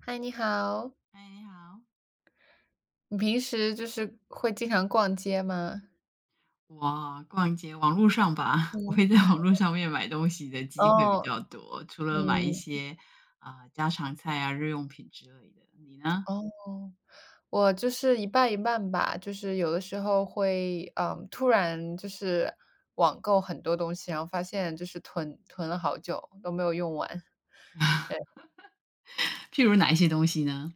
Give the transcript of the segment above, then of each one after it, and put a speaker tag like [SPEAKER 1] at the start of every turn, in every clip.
[SPEAKER 1] 嗨，你好。
[SPEAKER 2] 哎，你好。
[SPEAKER 1] 你平时就是会经常逛街吗？
[SPEAKER 2] 我逛街，网络上吧，我
[SPEAKER 1] 嗯，
[SPEAKER 2] 会在网络上面买东西的机会比
[SPEAKER 1] 哦，
[SPEAKER 2] 较多，除了买一
[SPEAKER 1] 嗯，
[SPEAKER 2] 些，啊，家常菜啊、日用品之类的。你呢？
[SPEAKER 1] 哦，我就是一半一半吧，就是有的时候会，嗯，突然就是网购很多东西，然后发现就是囤了好久都没有用完，
[SPEAKER 2] 譬如哪一些东西呢？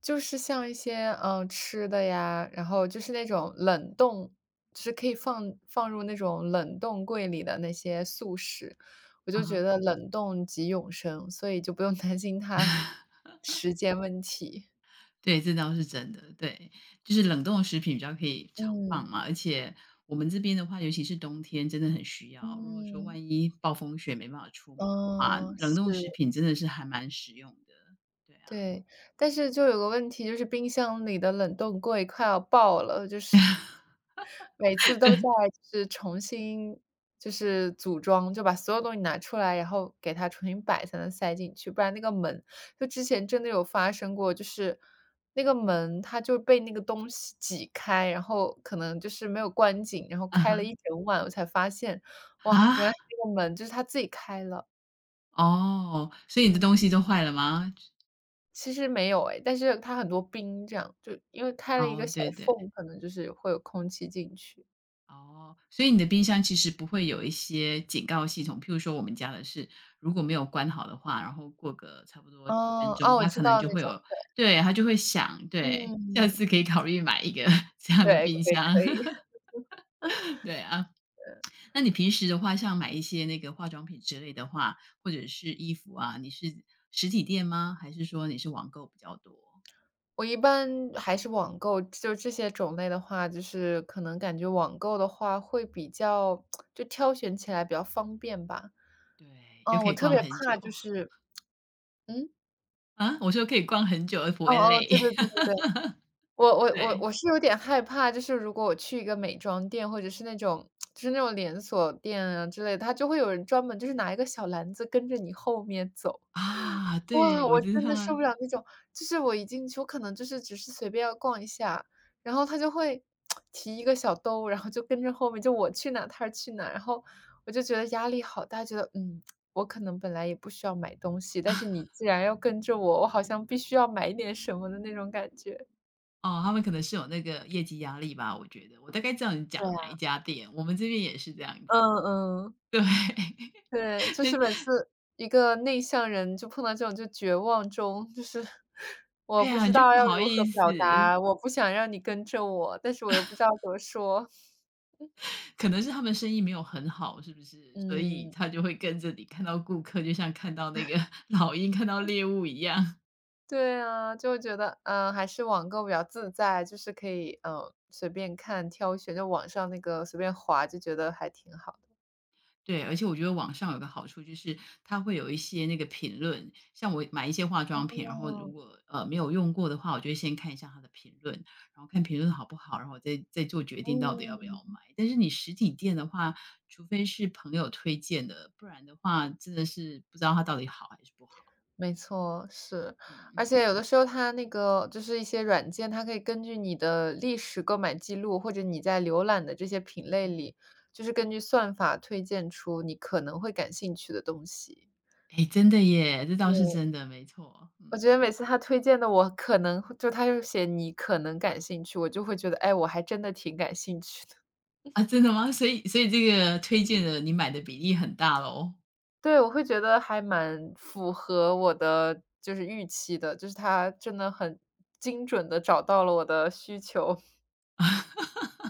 [SPEAKER 1] 就是像一些，吃的呀，然后就是那种冷冻就是可以放入那种冷冻柜里的那些速食，我
[SPEAKER 2] 啊
[SPEAKER 1] 就
[SPEAKER 2] 哈，
[SPEAKER 1] 觉得冷冻即永生，所以就不用 担心它 时间问题。
[SPEAKER 2] 对，这倒是真的，对。就是冷冻的食品比较可以常放
[SPEAKER 1] 嗯，
[SPEAKER 2] 嘛，而且我们这边的话，尤其是冬天真的很需要。如果说
[SPEAKER 1] 嗯，
[SPEAKER 2] 万一暴风雪没办法出门的话，
[SPEAKER 1] 嗯，
[SPEAKER 2] 冷冻食
[SPEAKER 1] 是。
[SPEAKER 2] 品真的是还蛮实用的，对啊。
[SPEAKER 1] 对，但是就有个问题，就是冰箱里的冷冻柜快要爆了，就是 每次都在就是重新就是组装，就把所有东西拿出来，然后给它重新摆才能塞进去，不然那个门就之前真的有发生过，就是那个门它就被那个东西挤开，然后可能就是没有关紧，然后
[SPEAKER 2] 啊哈，
[SPEAKER 1] 开了一 整晚，我才发现，哇，原
[SPEAKER 2] 啊？
[SPEAKER 1] 来那个门就是它自己开了，
[SPEAKER 2] 哦，所以你的东
[SPEAKER 1] 嗯。
[SPEAKER 2] 西都坏了吗？
[SPEAKER 1] 其实没有哎，但是它很多冰这样，就因为开了一个
[SPEAKER 2] 哦，
[SPEAKER 1] 小
[SPEAKER 2] 对对，
[SPEAKER 1] 缝，可能就是会有空气进去。
[SPEAKER 2] 哦，所以你的冰箱其实不会有一些警告系统，譬如说我们家的是，如果没有关好的话，然后过个差不多几分
[SPEAKER 1] 哦，
[SPEAKER 2] 钟，
[SPEAKER 1] 哦，我
[SPEAKER 2] 它
[SPEAKER 1] 知
[SPEAKER 2] 可
[SPEAKER 1] 道
[SPEAKER 2] 能就
[SPEAKER 1] 那
[SPEAKER 2] 会有
[SPEAKER 1] 种，
[SPEAKER 2] 对，它就会响，对，下次
[SPEAKER 1] 嗯，
[SPEAKER 2] 可以考虑买一个 这样的
[SPEAKER 1] 对，
[SPEAKER 2] 冰
[SPEAKER 1] 可以
[SPEAKER 2] 箱。
[SPEAKER 1] 可以。
[SPEAKER 2] 对啊，那你平时的话，像买一些那个化妆品之类的话，或者是衣服啊，你是实体店吗？还是说你是网购比较多？
[SPEAKER 1] 我一般还是网购，就这些种类的话，就是可能感觉网购的话会比较就挑选起来比较方便吧。
[SPEAKER 2] 对，又
[SPEAKER 1] 嗯，
[SPEAKER 2] 可
[SPEAKER 1] 我
[SPEAKER 2] 以
[SPEAKER 1] 特
[SPEAKER 2] 逛
[SPEAKER 1] 别
[SPEAKER 2] 很久。
[SPEAKER 1] 怕就是嗯，
[SPEAKER 2] 啊？我说可以逛很久而不
[SPEAKER 1] 哦
[SPEAKER 2] 会
[SPEAKER 1] 哦，
[SPEAKER 2] 累，
[SPEAKER 1] 对对对 对对。我我我
[SPEAKER 2] 对。
[SPEAKER 1] 我是有点害怕，就是如果我去一个美妆店，或者是那种就是那种连锁店啊之类的，它就会有人专门就是拿一个小篮子跟着你后面走。
[SPEAKER 2] 啊，
[SPEAKER 1] 哇，
[SPEAKER 2] 对，我
[SPEAKER 1] 我
[SPEAKER 2] 知
[SPEAKER 1] 真
[SPEAKER 2] 道
[SPEAKER 1] 的
[SPEAKER 2] 了。
[SPEAKER 1] 受不了那种，就是我一进去，我可能就是只是随便要逛一下，然后他就会提一个小兜，然后就跟着后面，就我去哪他去哪，然后我就觉得压力好大，觉得嗯，我可能本来也不需要买东西，但是你既然要跟着我，我好像必须要买一点什么的那种感觉。
[SPEAKER 2] 哦，他们可能是有那个业绩压力吧，我觉得。我大概知道你讲哪
[SPEAKER 1] 对。
[SPEAKER 2] 一家店，我们这边也是这样子。
[SPEAKER 1] 嗯，嗯，
[SPEAKER 2] 对，
[SPEAKER 1] 对，就是每次一个内向人就碰到这种就绝望中，就是我
[SPEAKER 2] 对
[SPEAKER 1] 不
[SPEAKER 2] 啊，
[SPEAKER 1] 知
[SPEAKER 2] 你就
[SPEAKER 1] 道
[SPEAKER 2] 不
[SPEAKER 1] 要
[SPEAKER 2] 好
[SPEAKER 1] 如
[SPEAKER 2] 意
[SPEAKER 1] 何
[SPEAKER 2] 思，
[SPEAKER 1] 表达，我不想让你跟着我，但是我又不知道怎么说。
[SPEAKER 2] 可能是他们生意没有很好，是不是？所以
[SPEAKER 1] 嗯，
[SPEAKER 2] 他 就会跟着你看到顾客，就像看到那个 老鹰看到猎物一样。
[SPEAKER 1] 对啊，就觉得，嗯，还是网购比较自在，就是可以，嗯，随便看挑选，就网上那个随便划，就觉得还挺好的。
[SPEAKER 2] 对，而且我觉得网上有个好处就是它会有一些那个评论，像我买一些化妆品，然后如
[SPEAKER 1] 嗯，
[SPEAKER 2] 果没有用过的话，我就会先看一下它的评论，然后看评论好不好，然后我再做决定到底要不要
[SPEAKER 1] 嗯。
[SPEAKER 2] 买。但是你实体店的话，除非是朋友推荐的，不然的话真的是不知道它到底好还是不好。
[SPEAKER 1] 没错，是。
[SPEAKER 2] 嗯，
[SPEAKER 1] 而且有的时候它那个就是一些软件，它可以根据你的历史购买记录，或者你在浏览的这些品
[SPEAKER 2] 嗯
[SPEAKER 1] 类
[SPEAKER 2] 哼，
[SPEAKER 1] 里，就是根据算法推荐出你可能会感兴趣的东西。
[SPEAKER 2] 哎，真的耶，这倒是
[SPEAKER 1] 对。
[SPEAKER 2] 真的，没错。嗯。
[SPEAKER 1] 我觉得每次他推荐的我可能就他就写你可能感兴趣，我就会觉得，哎，我还真的挺感兴趣的。
[SPEAKER 2] 啊，真的吗？所以这个推荐的你买的比例很大喽。
[SPEAKER 1] 对，我会觉得还蛮符合我的就是预期的，就是他真的很精准的找到了我的需求，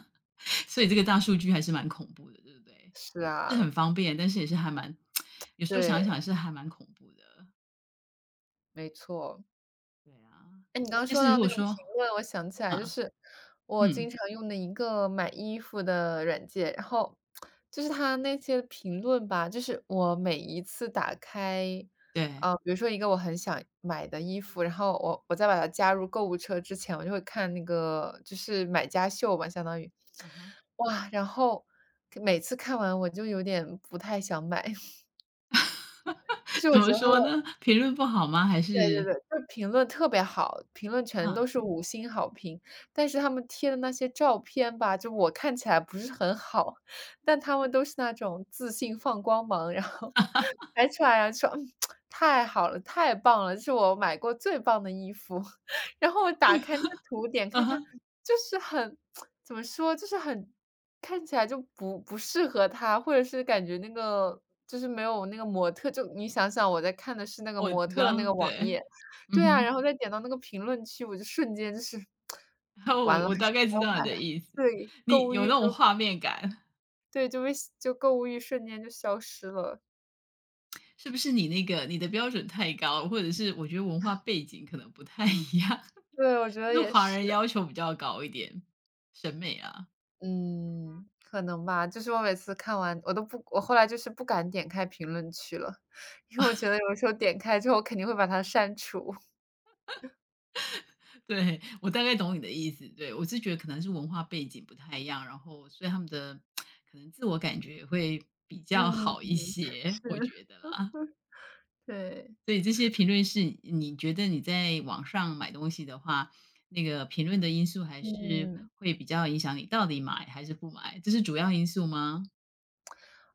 [SPEAKER 2] 所以这个大数据还是蛮恐怖的，对不对？
[SPEAKER 1] 是
[SPEAKER 2] 是
[SPEAKER 1] 啊。
[SPEAKER 2] 很方便，但是也是还蛮 有时候想
[SPEAKER 1] 对，
[SPEAKER 2] 一想是还蛮恐怖的，
[SPEAKER 1] 没错。
[SPEAKER 2] 对啊。
[SPEAKER 1] 哎，你刚刚
[SPEAKER 2] 但
[SPEAKER 1] 说
[SPEAKER 2] 是如
[SPEAKER 1] 到
[SPEAKER 2] 果
[SPEAKER 1] 那个
[SPEAKER 2] 说
[SPEAKER 1] 评论，我想起来，就
[SPEAKER 2] 啊，
[SPEAKER 1] 是我经
[SPEAKER 2] 嗯，
[SPEAKER 1] 常用的一个买衣服的软件，然后就是它那些评论吧，就是我每一次打开，
[SPEAKER 2] 对，
[SPEAKER 1] 比如说一个我很想买的衣服，然后我再把它加入购物车之前，我就会看那个就是买家秀吧，相当于，
[SPEAKER 2] 啊哈，
[SPEAKER 1] 哇，然后每次看完我就有点不太想买，就 是
[SPEAKER 2] 怎
[SPEAKER 1] 我觉
[SPEAKER 2] 么
[SPEAKER 1] 得它
[SPEAKER 2] 说呢？评论不好吗？还
[SPEAKER 1] 对对
[SPEAKER 2] 是
[SPEAKER 1] 对，就是评论特别好，评论全
[SPEAKER 2] 啊，
[SPEAKER 1] 都是嗯五星好评。但是他们贴的那些照片吧，就我看起来不是很好，但他们都是那种自信放光芒，然后还穿呀穿，太好了，太棒了，这是我买过最棒的衣服。然后我打开那个图点
[SPEAKER 2] 啊
[SPEAKER 1] 看看，
[SPEAKER 2] 哈，
[SPEAKER 1] 就是很 怎么说，就是很看起来就不适合他，或者是感觉那个就是没有那个模特就你想想我在看的是那个
[SPEAKER 2] 我
[SPEAKER 1] 模
[SPEAKER 2] 知
[SPEAKER 1] 特
[SPEAKER 2] 道，
[SPEAKER 1] 的那个网
[SPEAKER 2] 对，
[SPEAKER 1] 页，
[SPEAKER 2] 嗯
[SPEAKER 1] 对啊，
[SPEAKER 2] 哼，
[SPEAKER 1] 然后再点到那个评论区，我就瞬间就是
[SPEAKER 2] 我
[SPEAKER 1] 完了，
[SPEAKER 2] 我
[SPEAKER 1] 还
[SPEAKER 2] 大
[SPEAKER 1] 是不
[SPEAKER 2] 概知
[SPEAKER 1] 要
[SPEAKER 2] 道
[SPEAKER 1] 买
[SPEAKER 2] 你
[SPEAKER 1] 了。
[SPEAKER 2] 的意思，
[SPEAKER 1] 对，购
[SPEAKER 2] 你
[SPEAKER 1] 物
[SPEAKER 2] 有
[SPEAKER 1] 欲
[SPEAKER 2] 那种
[SPEAKER 1] 就
[SPEAKER 2] 画面感，
[SPEAKER 1] 对，就被就购物欲瞬间就消失了。
[SPEAKER 2] 是不是你那个你的标准太高，或者是我觉得文化背景可能不太一样？
[SPEAKER 1] 对，我觉
[SPEAKER 2] 就
[SPEAKER 1] 得
[SPEAKER 2] 是
[SPEAKER 1] 也
[SPEAKER 2] 华
[SPEAKER 1] 是。
[SPEAKER 2] 人要求比较高一点，审美啊。
[SPEAKER 1] 嗯，可能吧，就是我每次看完我都不我后来就是不敢点开评论区了，因为我觉得有时候点开之后，我肯定会把它删除。
[SPEAKER 2] 对，我大概懂你的意思，对，我是觉得可能是文化背景不太一样，然后所以他们的可能自我感觉会比较
[SPEAKER 1] 嗯，
[SPEAKER 2] 好一些，
[SPEAKER 1] 是，
[SPEAKER 2] 我觉得啦。
[SPEAKER 1] 对。
[SPEAKER 2] 所以这些评论是你觉得你在网上买东西的话，那个评论的因素还是
[SPEAKER 1] 嗯，
[SPEAKER 2] 会比较影响你到底买还是不买，这是主要因素吗？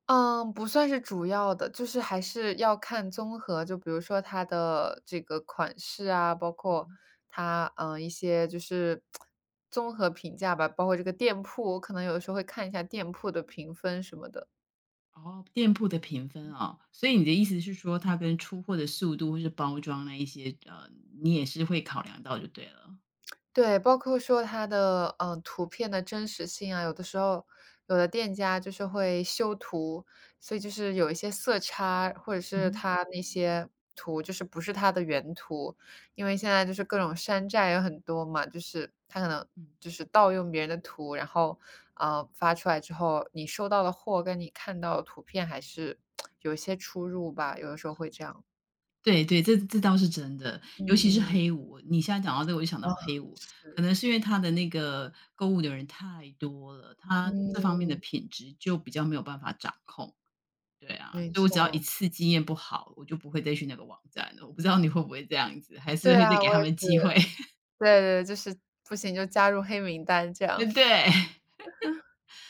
[SPEAKER 1] 嗯，不算是主要的，就是还是要看综合，就比如说它的这个款式啊，包
[SPEAKER 2] 嗯
[SPEAKER 1] 括
[SPEAKER 2] 哼。
[SPEAKER 1] 它，一些就是综合评价吧，包括这个店铺，我可能有的时候会看一下店铺的评分什么的。
[SPEAKER 2] 哦，店铺的评分哦，所以你的意思是说，它跟出货的速度或是包装那一些，呃，你也是会考量到就对了。
[SPEAKER 1] 对，包括说它的，图片的真实性啊，有的时候有的店家就是会修图，所以就是有一些色差，或者
[SPEAKER 2] 嗯
[SPEAKER 1] 是
[SPEAKER 2] 哼。
[SPEAKER 1] 它那些图就是不是它的原图。因为现在就是各种山寨有很多嘛，就是它可能
[SPEAKER 2] 嗯，
[SPEAKER 1] 就是盗用别人的图，然后，发出来之后，你收到的货跟你看到的图片还是有一些出入吧，有的时候会这样。
[SPEAKER 2] 对对，这这倒是真的，尤其是
[SPEAKER 1] 嗯，
[SPEAKER 2] 黑五，你现在讲到这个我就想到
[SPEAKER 1] 哇，
[SPEAKER 2] 黑五，可
[SPEAKER 1] 是，
[SPEAKER 2] 能是因为它的那个购物的人太多了，它这方面的
[SPEAKER 1] 嗯，
[SPEAKER 2] 品质就比较没有办法掌控。对啊，
[SPEAKER 1] 没
[SPEAKER 2] 所以我只要一
[SPEAKER 1] 错。
[SPEAKER 2] 次经验不好，我就不会再去那个网站了。我不知道你会不会这样子，还是
[SPEAKER 1] 对
[SPEAKER 2] 会
[SPEAKER 1] 啊，
[SPEAKER 2] 再给他
[SPEAKER 1] 我也
[SPEAKER 2] 们机会，
[SPEAKER 1] 是，对对，就是不行就加入黑名单这
[SPEAKER 2] 对
[SPEAKER 1] 样。
[SPEAKER 2] 不对？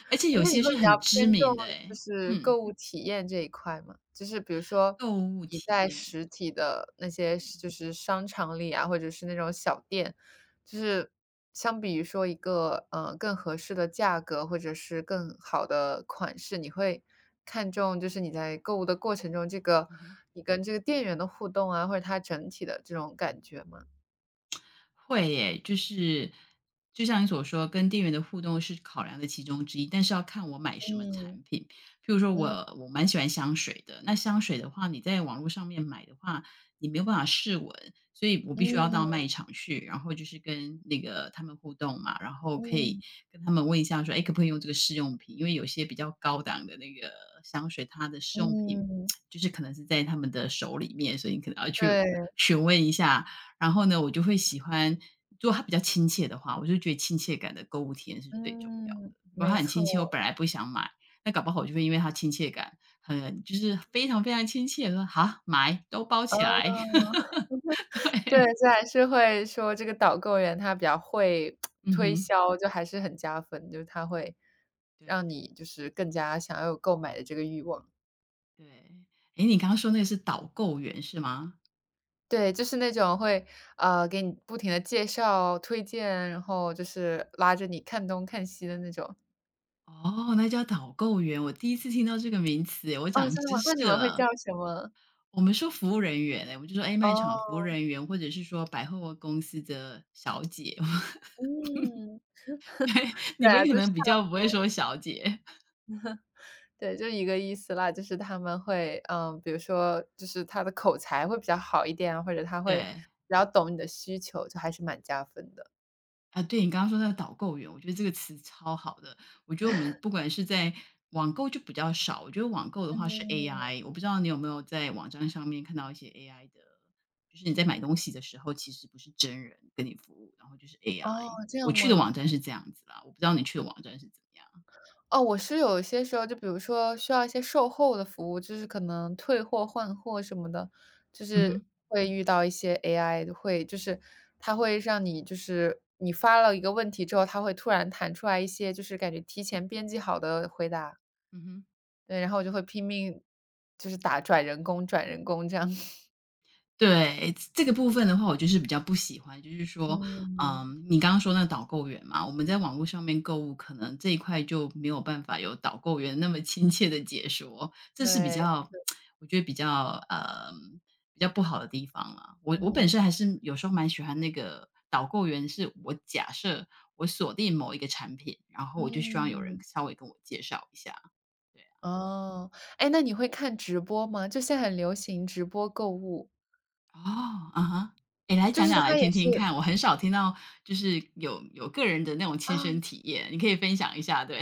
[SPEAKER 2] 而且
[SPEAKER 1] 哎
[SPEAKER 2] 有
[SPEAKER 1] 那你
[SPEAKER 2] 些
[SPEAKER 1] 会
[SPEAKER 2] 是
[SPEAKER 1] 比较
[SPEAKER 2] 很知
[SPEAKER 1] 偏重
[SPEAKER 2] 名的
[SPEAKER 1] 就
[SPEAKER 2] 哎，
[SPEAKER 1] 是
[SPEAKER 2] 嗯，
[SPEAKER 1] 购物体验这一块吗？就是比如说
[SPEAKER 2] 购物
[SPEAKER 1] 你
[SPEAKER 2] 体
[SPEAKER 1] 在
[SPEAKER 2] 验，
[SPEAKER 1] 实体的那
[SPEAKER 2] 嗯，
[SPEAKER 1] 些就是商场里啊，或者是那种小店，就是相比于说一个，更合适的价格或者是更好的款式，你会看重就是你在购物的过程中，这个
[SPEAKER 2] 嗯哼。
[SPEAKER 1] 你跟这个店员的互动啊，或者它整体的这种感觉吗？
[SPEAKER 2] 会耶，就是就像你所说，跟店员的互动是考量的其中之一，但是要看我买什么
[SPEAKER 1] 嗯，
[SPEAKER 2] 产品。譬如说我
[SPEAKER 1] 嗯，
[SPEAKER 2] 我蛮喜欢香水的，那香水的话，你在网络上面买的话，你没有办法试闻，所以我必须要到
[SPEAKER 1] 嗯。
[SPEAKER 2] 卖场去，然后就是跟那个他们互动嘛，然后可以
[SPEAKER 1] 嗯，
[SPEAKER 2] 跟他们问一下说，哎，可不可以用这个试用品？因为有些比较高档的那个香水，它的试用品
[SPEAKER 1] 嗯，
[SPEAKER 2] 就是可能是在他们的手里面，所以你可能要去
[SPEAKER 1] 对，
[SPEAKER 2] 询问一下，然后呢，我就会喜欢如果它比较亲切的话，我就觉得亲切感的购物体验是最重要的。
[SPEAKER 1] 嗯，
[SPEAKER 2] 如果它
[SPEAKER 1] 没
[SPEAKER 2] 很
[SPEAKER 1] 错，
[SPEAKER 2] 亲切，我本来不想买，那搞不好我就会因为它亲切感很就是非常亲切，说好买都包起
[SPEAKER 1] 哦，
[SPEAKER 2] 来。
[SPEAKER 1] 对，
[SPEAKER 2] 对，
[SPEAKER 1] 这还是会说这个导购员他比较会
[SPEAKER 2] 嗯
[SPEAKER 1] 推
[SPEAKER 2] 哼，
[SPEAKER 1] 销，就还是很加分，就是他会让
[SPEAKER 2] 对
[SPEAKER 1] 你就是更加想要有购买的这个欲望。
[SPEAKER 2] 对。诶，你刚刚说那个是导购员是吗？
[SPEAKER 1] 对，就是那种会，给你不停的介绍、推荐，然后就是拉着你看东看西的那种。
[SPEAKER 2] 哦，那叫导购员，我第一次听到这个名词我
[SPEAKER 1] 哦，
[SPEAKER 2] 长
[SPEAKER 1] 真的吗？
[SPEAKER 2] 知
[SPEAKER 1] 那你
[SPEAKER 2] 识
[SPEAKER 1] 们会
[SPEAKER 2] 了。
[SPEAKER 1] 叫什么？
[SPEAKER 2] 我们说服务人员诶，我们就说哎，诶，卖场服务
[SPEAKER 1] 哦，
[SPEAKER 2] 人员，或者是说百货公司的小姐。
[SPEAKER 1] 嗯，
[SPEAKER 2] 你
[SPEAKER 1] 对
[SPEAKER 2] 们
[SPEAKER 1] 啊，
[SPEAKER 2] 可
[SPEAKER 1] 就
[SPEAKER 2] 能
[SPEAKER 1] 是
[SPEAKER 2] 比较不会说小姐，
[SPEAKER 1] 对，就一个意思啦，就是他们会，嗯，比如说就是他的口才会比较好一点啊，或者他会
[SPEAKER 2] 对。
[SPEAKER 1] 比较懂你的需求，就还是蛮加分的。
[SPEAKER 2] 啊，对，你刚刚说那个导购员，我觉得这个词超好的。我觉得我们不管是在网购就比较少，我觉得网购的话是
[SPEAKER 1] 嗯。
[SPEAKER 2] AI，我不知道你有没有在网站上面看到一些 AI 的，就是你在买东西的时候，其实不是真人跟你服务，然后就是 AI。
[SPEAKER 1] 哦，这
[SPEAKER 2] 我
[SPEAKER 1] 样
[SPEAKER 2] 去的
[SPEAKER 1] 吗？
[SPEAKER 2] 网站是这样子啦，我不知道你去的网站是怎么样。
[SPEAKER 1] 哦，我是有一些时候，就比如说需要一些售后的服务，就是可能退货、换货什么的，就
[SPEAKER 2] 嗯
[SPEAKER 1] 是
[SPEAKER 2] 哼，
[SPEAKER 1] 会遇到一些 AI 会就是它会让你就是你发了一个问题之后，它会突然弹出来一些就是感觉提前编辑好的回答。
[SPEAKER 2] 嗯哼。
[SPEAKER 1] 对，然后我就会拼命就是打转人工转人工这样。
[SPEAKER 2] 对，这个部分的话，我就是比较不喜欢，就是说，
[SPEAKER 1] 嗯，
[SPEAKER 2] 嗯，你刚刚说那导购员嘛，我们在网络上面购物，可能这一块就没有办法有导购员那么亲切的解说，这是比
[SPEAKER 1] 对，
[SPEAKER 2] 较，我觉得比较，比较不好的地方了。我
[SPEAKER 1] 嗯，
[SPEAKER 2] 本身还是有时候蛮喜欢那个导购员，是我假设我锁定某一个产品，然后我就希望有人
[SPEAKER 1] 嗯，
[SPEAKER 2] 稍微跟我介绍一下。
[SPEAKER 1] 哦。哎，那你会看直播吗？就现在很流行直播购物，
[SPEAKER 2] 哦，啊哈，诶，来
[SPEAKER 1] 就
[SPEAKER 2] 讲
[SPEAKER 1] 是
[SPEAKER 2] 讲来
[SPEAKER 1] 它也
[SPEAKER 2] 听听
[SPEAKER 1] 是
[SPEAKER 2] 看，我很少听到就是有有个人的那种亲身
[SPEAKER 1] 啊。
[SPEAKER 2] 体验，你可以分享一下，对，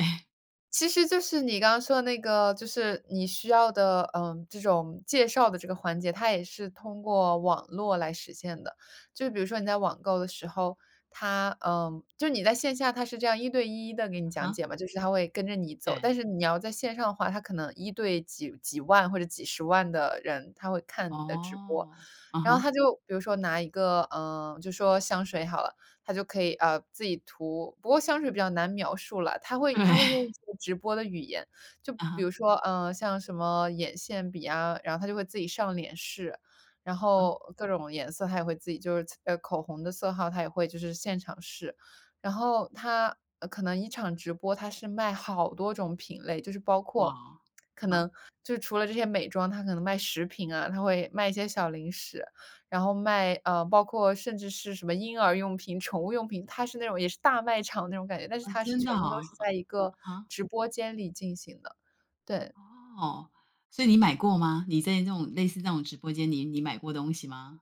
[SPEAKER 1] 其实就是你刚刚说的那个，就是你需要的，嗯，这种介绍的这个环节，它也是通过网络来实现的。就比如说你在网购的时候，它，嗯，就你在线下它是这样一对一的给
[SPEAKER 2] 啊
[SPEAKER 1] 你讲
[SPEAKER 2] 哈，
[SPEAKER 1] 解嘛，就是它会跟着你走，
[SPEAKER 2] 对，
[SPEAKER 1] 但是你要在线上的话，它可能一对几几或者几十万的人，他会看你的直播。
[SPEAKER 2] 哦，啊
[SPEAKER 1] 然后
[SPEAKER 2] 哈，
[SPEAKER 1] 他就比如说拿一个，嗯，就说香水好了，他就可以，自己涂。不过香水比较难描述了，他会
[SPEAKER 2] 对，
[SPEAKER 1] 他会用一些直播的语言，就
[SPEAKER 2] 啊
[SPEAKER 1] 比
[SPEAKER 2] 哈，
[SPEAKER 1] 如说，像什么眼线笔啊，然后他就会自己上脸试，然
[SPEAKER 2] 啊，
[SPEAKER 1] 后各种颜色他也会自己就是口红的色号他也会就是现场试。然后他，可能一场直播他是卖好多种品类，就是包
[SPEAKER 2] 哇，
[SPEAKER 1] 括
[SPEAKER 2] 啊
[SPEAKER 1] 可
[SPEAKER 2] 哈，
[SPEAKER 1] 能就是除了这些美妆，他可能卖食品啊，他会卖一些小零食。然后卖包括甚至是什么婴儿用品、宠物用品，它是那种也是大卖场那种感觉，但是
[SPEAKER 2] 啊，
[SPEAKER 1] 它是
[SPEAKER 2] 真的
[SPEAKER 1] 全部都
[SPEAKER 2] 哦，
[SPEAKER 1] 是
[SPEAKER 2] 啊
[SPEAKER 1] 在一个
[SPEAKER 2] 哈，
[SPEAKER 1] 直播间里进行的，对。
[SPEAKER 2] 哦，所以你买过吗？你在那种类似那种直播间你买过东西吗？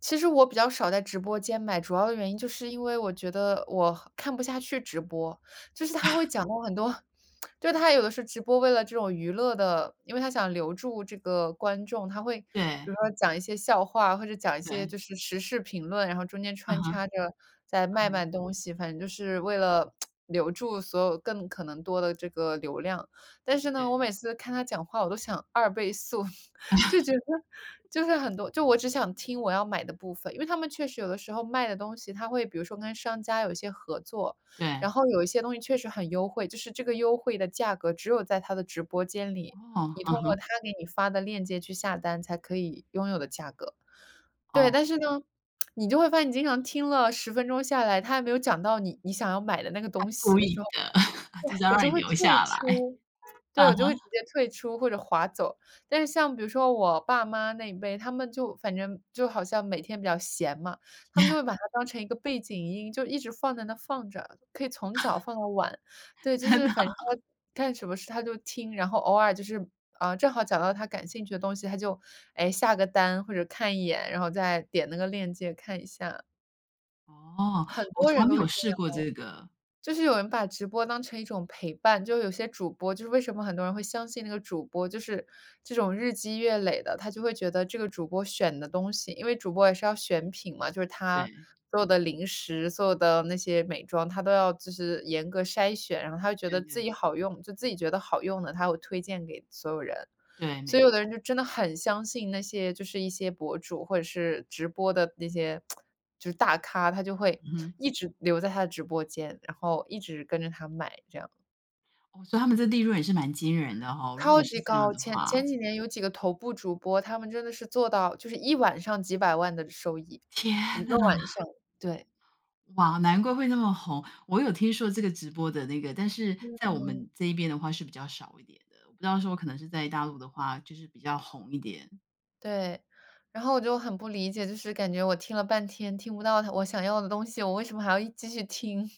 [SPEAKER 1] 其实我比较少在直播间买，主要的原因就是因为我觉得我很看不下去直播，就是他会讲到很多，就是他有的是直播为了这种娱乐的，因为他想留住这个观众，他会比如
[SPEAKER 2] 对，
[SPEAKER 1] 说讲一些笑话，或者讲一些
[SPEAKER 2] 对，
[SPEAKER 1] 就是时事评论，然后中间
[SPEAKER 2] 啊
[SPEAKER 1] 穿
[SPEAKER 2] 哈，
[SPEAKER 1] 插着在卖东西，反正就是为了 留住所有更可能多的这个流量。但是
[SPEAKER 2] 对，
[SPEAKER 1] 呢，我每次看他讲话，我都想2倍速，就觉得就是很多就我只想听我要买的部分，因为他们确实有的时候卖的东西，他会比如说跟商家有一些合作，然
[SPEAKER 2] 对，
[SPEAKER 1] 后有一些东西确实很优惠，就是这个优惠的价格只有在他的直播间里，
[SPEAKER 2] 哦，
[SPEAKER 1] 你
[SPEAKER 2] 啊
[SPEAKER 1] 通过
[SPEAKER 2] 哈，
[SPEAKER 1] 他给你发的链接去下单才可以拥有的价格。对，
[SPEAKER 2] 哦，
[SPEAKER 1] 但是呢，你就会发现你经常听了10分钟下来，他还没有讲到你想要买的那个
[SPEAKER 2] 他
[SPEAKER 1] 东西
[SPEAKER 2] 故
[SPEAKER 1] 的时
[SPEAKER 2] 意
[SPEAKER 1] 候，
[SPEAKER 2] 的，就是要
[SPEAKER 1] 我
[SPEAKER 2] 让你
[SPEAKER 1] 就会
[SPEAKER 2] 留
[SPEAKER 1] 退
[SPEAKER 2] 下来，
[SPEAKER 1] 出。对，
[SPEAKER 2] 啊
[SPEAKER 1] 我
[SPEAKER 2] 哈，
[SPEAKER 1] 就会直接退出或者划走。但是像比如说我爸妈那一辈，他们就反正就好像每天比较闲嘛，他们就会把它当成一个背景音，就一直放在那放着，可以从早放到晚。对，就
[SPEAKER 2] 真
[SPEAKER 1] 是
[SPEAKER 2] 的。
[SPEAKER 1] 反正他干什么事他就听，然后偶尔就是，啊，正好讲到他感兴趣的东西，他就，哎，下个单或者看一眼，然后再点那个链接看一下。
[SPEAKER 2] 哦，
[SPEAKER 1] 很
[SPEAKER 2] 我
[SPEAKER 1] 多
[SPEAKER 2] 从
[SPEAKER 1] 人
[SPEAKER 2] 来没
[SPEAKER 1] 都是
[SPEAKER 2] 有
[SPEAKER 1] 这
[SPEAKER 2] 试
[SPEAKER 1] 样
[SPEAKER 2] 过这个，
[SPEAKER 1] 就是有人把直播当成一种陪伴，就有些主播就是为什么很多人会相信那个主播，就是这种日积月累的，他就会觉得这个主播选的东西因为主播也是要选品嘛，就是他
[SPEAKER 2] 对，
[SPEAKER 1] 所有的零食、所有的那些美妆，他都要就是严格筛选，然后他会觉
[SPEAKER 2] 对
[SPEAKER 1] 得自
[SPEAKER 2] 对
[SPEAKER 1] 己好用，就自己觉得好用的，他会推荐给所有人。
[SPEAKER 2] 对，
[SPEAKER 1] 所
[SPEAKER 2] 没
[SPEAKER 1] 以
[SPEAKER 2] 错，
[SPEAKER 1] 有的人就真的很相信那些就是一些博主或者是直播的那些就是大咖，他就会
[SPEAKER 2] 嗯哼。
[SPEAKER 1] 一直留在他的直播间，然后一直跟着他买这样。
[SPEAKER 2] 哦，所他们这利润也是蛮惊人的哈，如果
[SPEAKER 1] 超
[SPEAKER 2] 是
[SPEAKER 1] 级
[SPEAKER 2] 这样
[SPEAKER 1] 高，
[SPEAKER 2] 的
[SPEAKER 1] 前
[SPEAKER 2] 话，
[SPEAKER 1] 前几年有几个头部主播，他们真的是做到就是一晚上几百万的收益，
[SPEAKER 2] 天
[SPEAKER 1] 一
[SPEAKER 2] 呐，
[SPEAKER 1] 个晚上，对，
[SPEAKER 2] 哇，难怪会那么红。我有听说这个直播的那个，但是在我
[SPEAKER 1] 嗯，
[SPEAKER 2] 们这一边的话是比较少一点的，我不知道说可能是在大陆的话，就是比较红一点。
[SPEAKER 1] 对。然后我就很不理解，就是感觉我听了半天听不到他我想要的东西，我为什么还要继续听？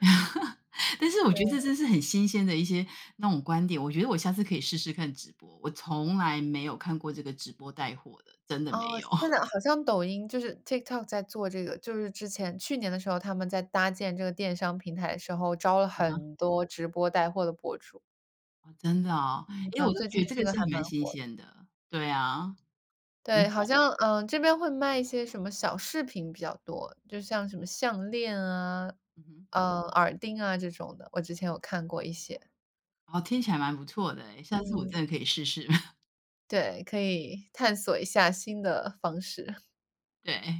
[SPEAKER 2] 但是我觉得这真是很新鲜的一些那种观点，我觉得我下次可以试试看直播，我从来没有看过这个直播带货的，真的没
[SPEAKER 1] 哦，
[SPEAKER 2] 有。
[SPEAKER 1] 现在好像抖音就是 TikTok 在做这个，就是之前去年的时候，他们在搭建这个电商平台的时候，招了很多直播带货的博主。
[SPEAKER 2] 哦，真的哦，
[SPEAKER 1] 嗯。
[SPEAKER 2] 诶，
[SPEAKER 1] 然
[SPEAKER 2] 我
[SPEAKER 1] 后
[SPEAKER 2] 都
[SPEAKER 1] 最
[SPEAKER 2] 觉得
[SPEAKER 1] 近
[SPEAKER 2] 这
[SPEAKER 1] 这
[SPEAKER 2] 个
[SPEAKER 1] 个
[SPEAKER 2] 是
[SPEAKER 1] 还
[SPEAKER 2] 还蛮
[SPEAKER 1] 蛮
[SPEAKER 2] 新
[SPEAKER 1] 火。
[SPEAKER 2] 鲜的，对啊，嗯，
[SPEAKER 1] 对，好像，这边会卖一些什么小饰品比较多，就像什么项链啊，
[SPEAKER 2] 嗯哼，
[SPEAKER 1] 耳钉啊这种的，我之前有看过一些。
[SPEAKER 2] 哦，听起来蛮不错的诶，下次我
[SPEAKER 1] 嗯，
[SPEAKER 2] 真的可以试试，
[SPEAKER 1] 对，可以探索一下新的方式。
[SPEAKER 2] 对。